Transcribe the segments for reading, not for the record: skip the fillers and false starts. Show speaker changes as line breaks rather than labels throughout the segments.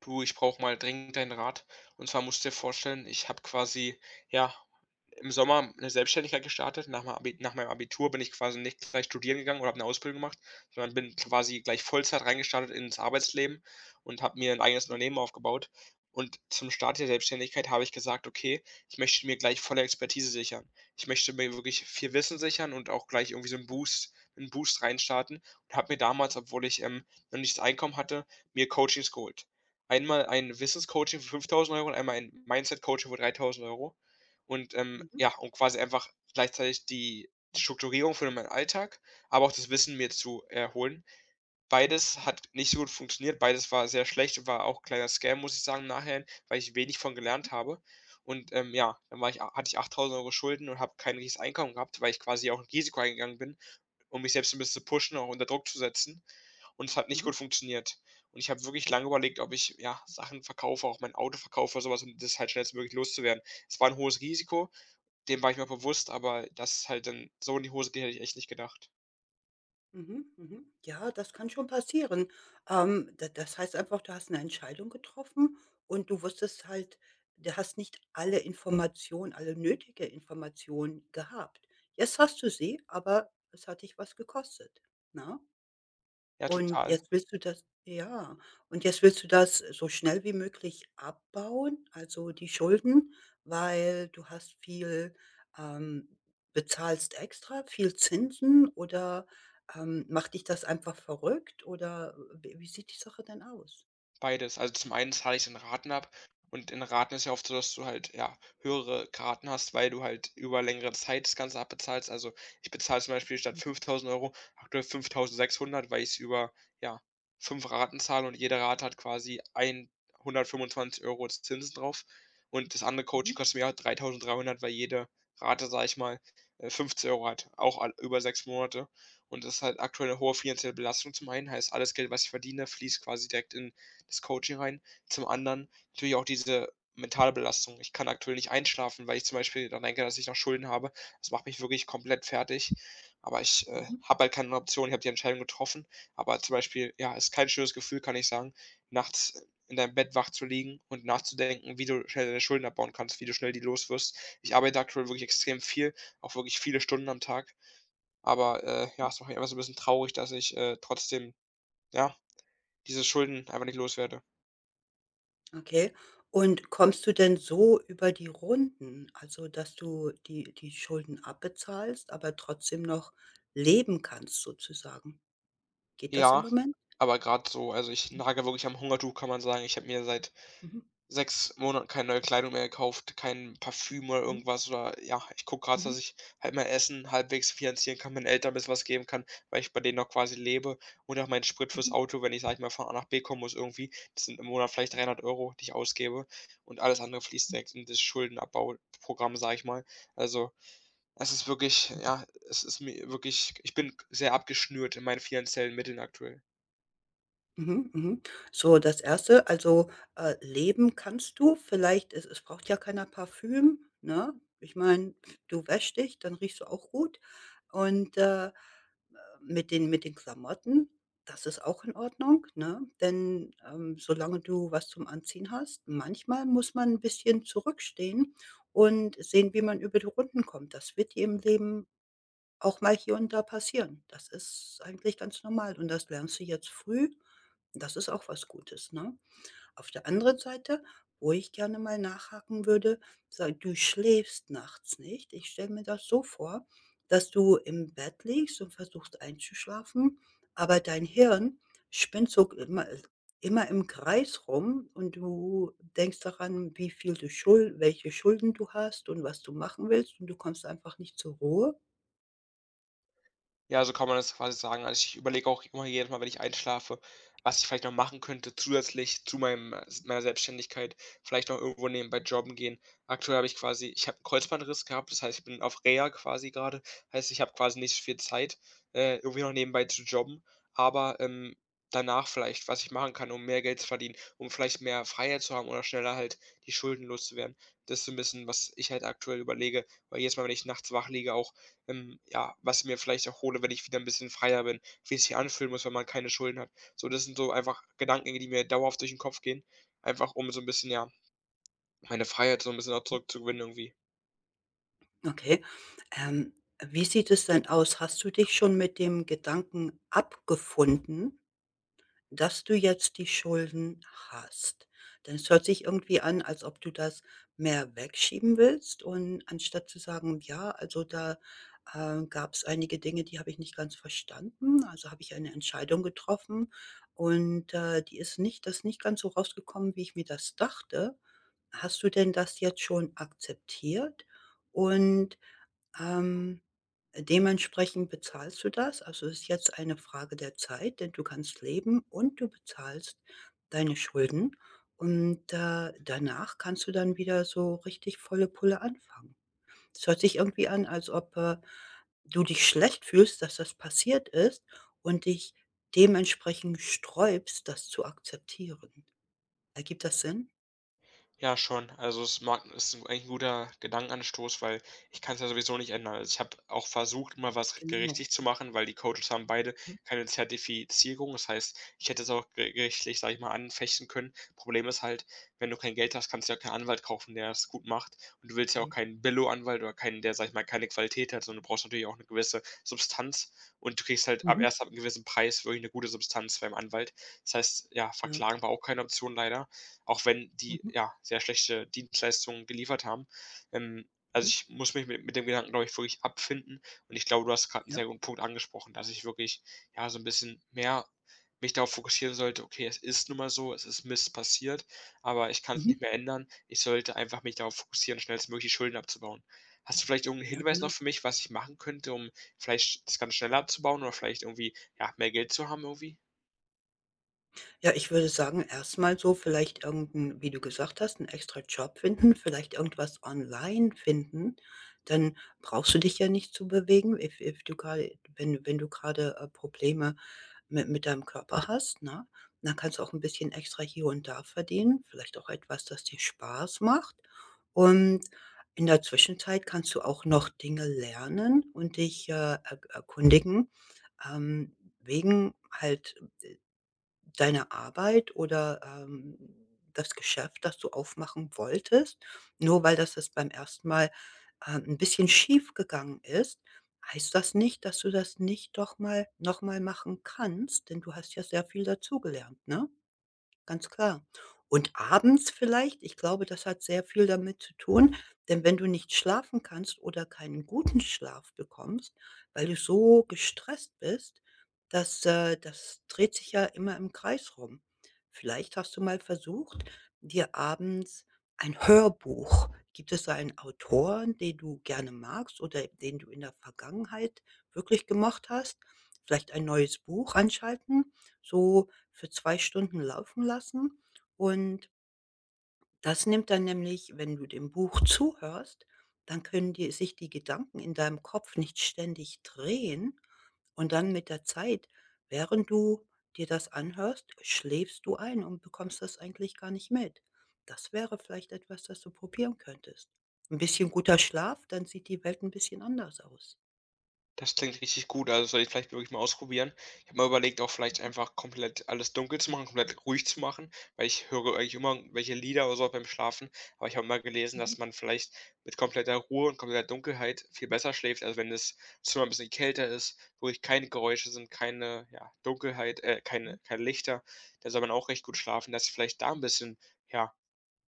Du, ich brauche mal dringend deinen Rat. Und zwar musst du dir vorstellen, ich habe quasi, ja, im Sommer eine Selbstständigkeit gestartet. Nach meinem Abitur bin ich quasi nicht gleich studieren gegangen oder habe eine Ausbildung gemacht, sondern bin quasi gleich Vollzeit reingestartet ins Arbeitsleben und habe mir ein eigenes Unternehmen aufgebaut. Und zum Start der Selbstständigkeit habe ich gesagt: „Okay, ich möchte mir gleich volle Expertise sichern. Ich möchte mir wirklich viel Wissen sichern und auch gleich irgendwie so einen Boost reinstarten.“ Und habe mir damals, obwohl ich, noch nicht das Einkommen hatte, mir Coachings geholt. Einmal ein Wissenscoaching für 5.000 Euro und einmal ein Mindset-Coaching für 3.000 Euro. Und,
Mhm,
ja, um quasi einfach gleichzeitig die Strukturierung für meinen Alltag, aber auch das Wissen mir zu erholen. Beides hat nicht so gut funktioniert. Beides war sehr schlecht und war auch ein kleiner Scam, muss ich sagen, nachher, weil ich wenig von gelernt habe. Und, ja, dann war ich hatte ich 8.000 Euro Schulden und habe kein richtiges Einkommen gehabt, weil ich quasi auch ein Risiko eingegangen bin, um mich selbst ein bisschen zu pushen, auch unter Druck zu setzen. Und es hat nicht
mhm,
gut funktioniert. Und ich habe wirklich lange überlegt, ob ich, ja, Sachen verkaufe, auch mein Auto verkaufe oder so, um das halt schnellstmöglich loszuwerden. Es war ein hohes Risiko, dem war ich mir bewusst, aber dass es halt dann so in die Hose geht, hätte ich echt nicht gedacht.
mhm, mhm. Ja, das kann schon passieren. Da das heißt einfach, du hast eine Entscheidung getroffen und du wusstest halt du hast nicht alle Informationen, alle nötige Informationen gehabt. Jetzt hast du sie, aber es hat dich was gekostet, ne?
Ja,
Und
total.
jetzt willst du das ja, und jetzt willst du das so schnell wie möglich abbauen, also die Schulden, weil du hast viel ähm, bezahlst extra, viel Zinsen oder, macht dich das einfach verrückt oder w wie sieht die Sache denn aus?
Beides. Also, zum einen zahle ich in Raten ab und in Raten ist ja oft so, dass du halt, ja, höhere Raten hast, weil du halt über längere Zeit das Ganze abbezahlst. Also, ich bezahle zum Beispiel statt
Mhm,
5.000 Euro aktuell 5.600, weil ich's über, ja, 5 Raten zahle und jede Rate hat quasi 125 Euro Zinsen drauf. Und das andere
mhm,
Coaching kostet mir halt 3.300, weil jede Rate, sage ich mal, 50 € hat, auch all über 6 Monate. Und das ist halt aktuell eine hohe finanzielle Belastung zum einen, heißt, alles Geld, was ich verdiene, fließt quasi direkt in das Coaching rein. Zum anderen natürlich auch diese mentale Belastung. Ich kann aktuell nicht einschlafen, weil ich zum Beispiel dann denke, dass ich noch Schulden habe. Das macht mich wirklich komplett fertig. Aber ich
mhm.
habe halt keine Option. Ich habe die Entscheidung getroffen. Aber zum Beispiel, ja, ist kein schönes Gefühl, kann ich sagen, nachts in deinem Bett wach zu liegen und nachzudenken, wie du schnell deine Schulden abbauen kannst, wie du schnell die loswirst. Ich arbeite aktuell wirklich extrem viel, auch wirklich viele Stunden am Tag. Aber ja, es macht mich einfach so ein bisschen traurig, dass ich trotzdem, ja, diese Schulden einfach nicht loswerde.
Okay. Und kommst du denn so über die Runden, also dass du die Schulden abbezahlst, aber trotzdem noch leben kannst sozusagen? Geht das im
Ja,
Moment?
aber gerade so, also ich nage wirklich am Hungertuch, kann man sagen. Ich habe mir seit
Mhm,
6 Monaten keine neue Kleidung mehr gekauft, kein Parfüm oder
mhm,
irgendwas, oder ja, ich gucke gerade,
mhm,
dass ich halt mein Essen halbwegs finanzieren kann, meinen Eltern ein bisschen was geben kann, weil ich bei denen noch quasi lebe und auch meinen Sprit fürs
mhm,
Auto, wenn ich, sage ich mal, von A nach B kommen muss irgendwie. Das sind im Monat vielleicht 300 Euro, die ich ausgebe, und alles andere fließt direkt in das Schuldenabbauprogramm, sage ich mal. Also, es ist wirklich, ja, es ist mir wirklich, ich bin sehr abgeschnürt in meinen finanziellen Mitteln aktuell.
mhm, mhm. So, das Erste, also, leben kannst du. Vielleicht es braucht ja keiner Parfüm, ne? Ich meine, du wäschst dich, dann riechst du auch gut. Und, mit den Klamotten, das ist auch in Ordnung, ne? Denn, solange du was zum Anziehen hast, manchmal muss man ein bisschen zurückstehen und sehen, wie man über die Runden kommt. Das wird dir im Leben auch mal hier und da passieren. Das ist eigentlich ganz normal und das lernst du jetzt früh. Das ist auch was Gutes, ne? Auf der anderen Seite, wo ich gerne mal nachhaken würde, sei du schläfst nachts nicht. Ich stelle mir das so vor, dass du im Bett liegst und versuchst einzuschlafen, aber dein Hirn spinnt so immer im Kreis rum und du denkst daran, wie viel du Schul welche Schulden du hast und was du machen willst und du kommst einfach nicht zur Ruhe.
Ja, so kann man das quasi sagen. Also, ich überlege auch immer jedes Mal, wenn ich einschlafe, was ich vielleicht noch machen könnte zusätzlich zu meinem s meiner Selbstständigkeit, vielleicht noch irgendwo nebenbei jobben gehen. Aktuell habe ich quasi, ich habe 'n Kreuzbandriss gehabt, das heißt, ich bin auf Reha quasi gerade. Heißt, ich habe quasi nicht so viel Zeit, irgendwie noch nebenbei zu jobben, aber, danach vielleicht, was ich machen kann, um mehr Geld zu verdienen, um vielleicht mehr Freiheit zu haben oder schneller halt die Schulden loszuwerden. Das ist so 'n bisschen, was ich halt aktuell überlege, weil jedes Mal, wenn ich nachts wach liege, auch ja, was ich mir vielleicht auch hole, wenn ich wieder ein bisschen freier bin, wie es sich anfühlen muss, wenn man keine Schulden hat. So, das sind so einfach Gedanken, die mir dauerhaft durch den Kopf gehen, einfach um so ein bisschen, ja, meine Freiheit so ein bisschen auch zurückzugewinnen irgendwie.
Okay. Ähm, wie sieht es denn aus? Hast du dich schon mit dem Gedanken abgefunden, dass du jetzt die Schulden hast? Denn es hört sich irgendwie an, als ob du das mehr wegschieben willst und anstatt zu sagen: „Ja, also da, gab es einige Dinge, die habe ich nicht ganz verstanden, also habe ich eine Entscheidung getroffen und, die ist nicht das ist nicht ganz so rausgekommen, wie ich mir das dachte.“ Hast du denn das jetzt schon akzeptiert und ähm, dementsprechend bezahlst du das. Also, es ist jetzt eine Frage der Zeit, denn du kannst leben und du bezahlst deine Schulden. Und, danach kannst du dann wieder so richtig volle Pulle anfangen. Es hört sich irgendwie an, als ob, du dich schlecht fühlst, dass das passiert ist und dich dementsprechend sträubst, das zu akzeptieren. Ergibt das Sinn?
Ja, schon. Also, es mag ist ein eigentlich 'n guter Gedankenanstoß, weil ich kann es ja sowieso nicht ändern. Also, ich habe auch versucht, mal was ge
Genau.
richtig zu machen, weil die Coaches haben beide
Mhm.
keine Zertifizierung. Das heißt, ich hätte es auch ge gerichtlich, sage ich mal, anfechten können. Problem ist halt, wenn du kein Geld hast, kannst du ja keinen Anwalt kaufen, der es gut macht. Und du willst ja auch
Mhm.
keinen Billo-Anwalt oder keinen, der, sage ich mal, keine Qualität hat, sondern du brauchst natürlich auch eine gewisse Substanz, und du kriegst halt
Mhm.
ab 'nem gewissen Preis wirklich eine gute Substanz beim Anwalt. Das heißt, ja,
Ja.
verklagen war auch keine Option leider, auch wenn die,
Mhm.
ja, sehr schlechte Dienstleistungen geliefert haben. Also
Mhm.
ich muss mich mit dem Gedanken, glaube ich, wirklich abfinden. Und ich glaube, du hast gerade einen
Ja.
sehr guten Punkt angesprochen, dass ich wirklich, ja, so ein bisschen mehr mich darauf fokussieren sollte. Okay, es ist nun mal so, es ist Mist passiert, aber ich kann es nicht
Mhm.
mehr ändern. Ich sollte einfach mich darauf fokussieren, schnellstmöglich die Schulden abzubauen. Hast du vielleicht irgendeinen
Ja,
Hinweis noch
genau.
für mich, was ich machen könnte, um vielleicht das Ganze schneller abzubauen oder vielleicht irgendwie, ja, mehr Geld zu haben irgendwie?
Ja, ich würde sagen, erstmal so vielleicht irgend wie du gesagt hast, einen extra Job finden, vielleicht irgendwas online finden. Dann brauchst du dich ja nicht zu bewegen, if if du grade wenn wenn du gerade, Probleme mit deinem Körper hast, ne? Dann kannst du auch ein bisschen extra hier und da verdienen, vielleicht auch etwas, das dir Spaß macht. Und in der Zwischenzeit kannst du auch noch Dinge lernen und dich, er erkundigen, wegen halt deine Arbeit oder, das Geschäft, das du aufmachen wolltest. Nur weil das jetzt beim ersten Mal, 'n bisschen schief gegangen ist, heißt das nicht, dass du das nicht doch mal noch mal machen kannst, denn du hast ja sehr viel dazugelernt, ne? Ganz klar. Und abends vielleicht, ich glaube, das hat sehr viel damit zu tun, denn wenn du nicht schlafen kannst oder keinen guten Schlaf bekommst, weil du so gestresst bist, das dreht sich ja immer im Kreis rum. Vielleicht hast du mal versucht, dir abends ein Hörbuch. Gibt es da einen Autor, den du gerne magst oder den du in der Vergangenheit wirklich gemocht hast? Vielleicht ein neues Buch anschalten, so für 2 Stunden laufen lassen, und das nimmt dann nämlich, wenn du dem Buch zuhörst, dann können die sich die Gedanken in deinem Kopf nicht ständig drehen, und dann mit der Zeit, während du dir das anhörst, schläfst du ein und bekommst das eigentlich gar nicht mit. Das wäre vielleicht etwas, das du probieren könntest. Ein bisschen guter Schlaf, dann sieht die Welt ein bisschen anders aus.
Das klingt richtig gut, also, soll ich vielleicht wirklich mal ausprobieren. Ich habe mal überlegt, auch vielleicht
Mhm,
einfach komplett alles dunkel zu machen, komplett ruhig zu machen, weil ich höre eigentlich immer welche Lieder oder so beim Schlafen. Aber ich habe mal gelesen,
mhm,
dass man vielleicht mit kompletter Ruhe und kompletter Dunkelheit viel besser schläft. Also, wenn das Zimmer ein bisschen kälter ist, wirklich keine Geräusche sind, keine, ja, Dunkelheit,
mhm.
keine Lichter, da soll man auch recht gut schlafen, dass ich vielleicht da ein bisschen, ja,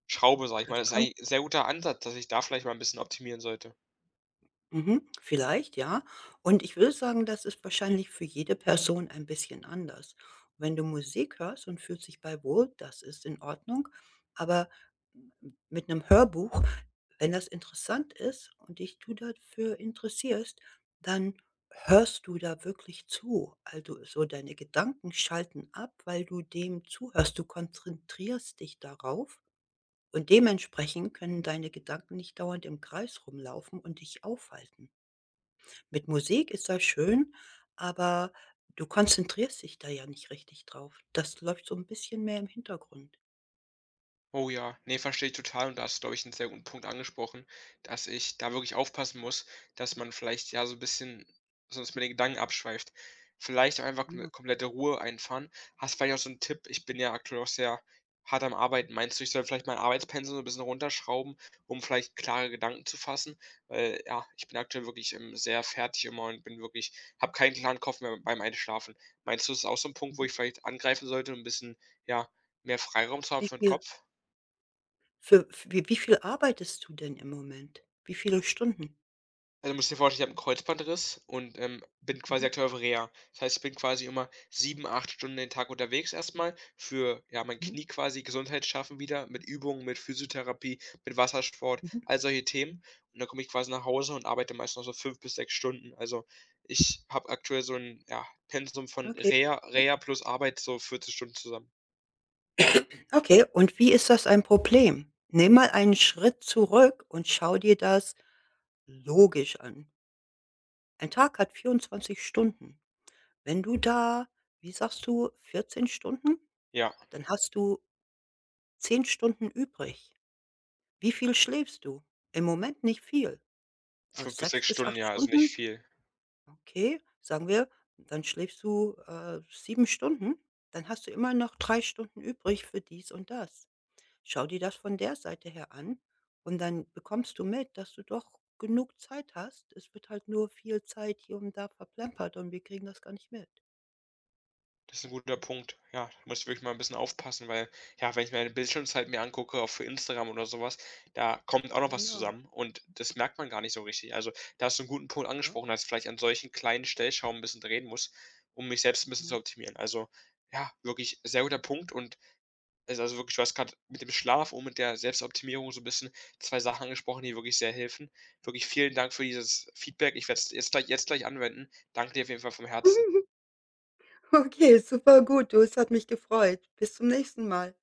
schraube, sage ich mal.
Das
Das ist
kommt.
eigentlich 'n sehr guter Ansatz, dass ich da vielleicht mal ein bisschen optimieren sollte.
Mhm, vielleicht, ja. Und ich würde sagen, das ist wahrscheinlich für jede Person ein bisschen anders. Wenn du Musik hörst und fühlst dich bei wohl, das ist in Ordnung. Aber m mit einem Hörbuch, wenn das interessant ist und dich du dafür interessierst, dann hörst du da wirklich zu. Also, so deine Gedanken schalten ab, weil du dem zuhörst. Du konzentrierst dich darauf und dementsprechend können deine Gedanken nicht dauernd im Kreis rumlaufen und dich aufhalten. Mit Musik ist das schön, aber du konzentrierst dich da ja nicht richtig drauf. Das läuft so 'n bisschen mehr im Hintergrund.
Oh ja, nee, verstehe ich total, und da hast du, glaube ich, 'n sehr guten Punkt angesprochen, dass ich da wirklich aufpassen muss, dass man vielleicht, ja, so ein bisschen sonst mit den Gedanken abschweift. Vielleicht auch einfach
Ja,
komplette Ruhe einfahren. Hast vielleicht auch so einen Tipp, ich bin ja aktuell auch sehr hart am Arbeiten. Meinst du, ich soll vielleicht mein Arbeitspensum so ein bisschen runterschrauben, um vielleicht klare Gedanken zu fassen? Weil, ja, ich bin aktuell wirklich, sehr fertig immer und bin wirklich habe keinen klaren Kopf mehr beim Einschlafen. Meinst du, das ist auch so ein Punkt, wo
mhm.
ich vielleicht angreifen sollte, um 'n bisschen, ja, mehr Freiraum zu haben
Wie
für den
viel
Kopf?
für f wie wie viel arbeitest du denn im Moment? Wie viele Stunden?
Also, musst dir vorstellen, ich habe einen Kreuzbandriss und, bin quasi
Mhm.
aktuell auf Reha. Das heißt, ich bin quasi immer 7, 8 Stunden den Tag unterwegs erstmal, für, ja, mein
Mhm,
Knie quasi Gesundheit schaffen wieder mit Übungen, mit Physiotherapie, mit Wassersport,
mhm.
all solche Themen. Und dann komme ich quasi nach Hause und arbeite meist noch so 5 bis 6 Stunden. Also, ich habe aktuell so ein, ja, Pensum von
Okay.
Reha plus Arbeit so 40 Stunden zusammen.
Okay, und wie ist das ein Problem? Nimm mal einen Schritt zurück und schau dir das logisch an. Ein Tag hat 24 Stunden. Wenn du da, wie sagst du, 14 Stunden?
Ja,
Dann hast du 10 Stunden übrig. Wie viel schläfst du? Im Moment nicht viel.
fünf
Aus
bis
6
6
bis
Stunden,
8
ja, also nicht
Stunden?
viel.
Okay, sagen wir, dann schläfst du, 7 Stunden, dann hast du immer noch 3 Stunden übrig für dies und das. Schau dir das von der Seite her an und dann bekommst du mit, dass du doch genug Zeit hast. Es wird halt nur viel Zeit hier und da verplempert und wir kriegen das gar nicht mit.
Das ist ein guter Punkt. Ja, da muss ich wirklich mal ein bisschen aufpassen, weil, ja, wenn ich meine Bildschirmzeit mir angucke, auch für Instagram oder sowas, da kommt auch noch was
Genau,
zusammen und das merkt man gar nicht so richtig. Also, da hast du einen guten Punkt
ja,
angesprochen, dass ich vielleicht an solchen kleinen Stellschrauben 'n bisschen drehen muss, um mich selbst ein bisschen zu
ja.
optimieren. Also, ja, wirklich sehr guter Punkt, und es ist also wirklich, du hast grad mit dem Schlaf und mit der Selbstoptimierung so 'n bisschen 2 Sachen angesprochen, die wirklich sehr helfen. Wirklich vielen Dank für dieses Feedback. Ich werde es jetzt gleich anwenden. Danke dir auf jeden Fall vom Herzen.
Okay, super gut, du, es hat mich gefreut. Bis zum nächsten Mal.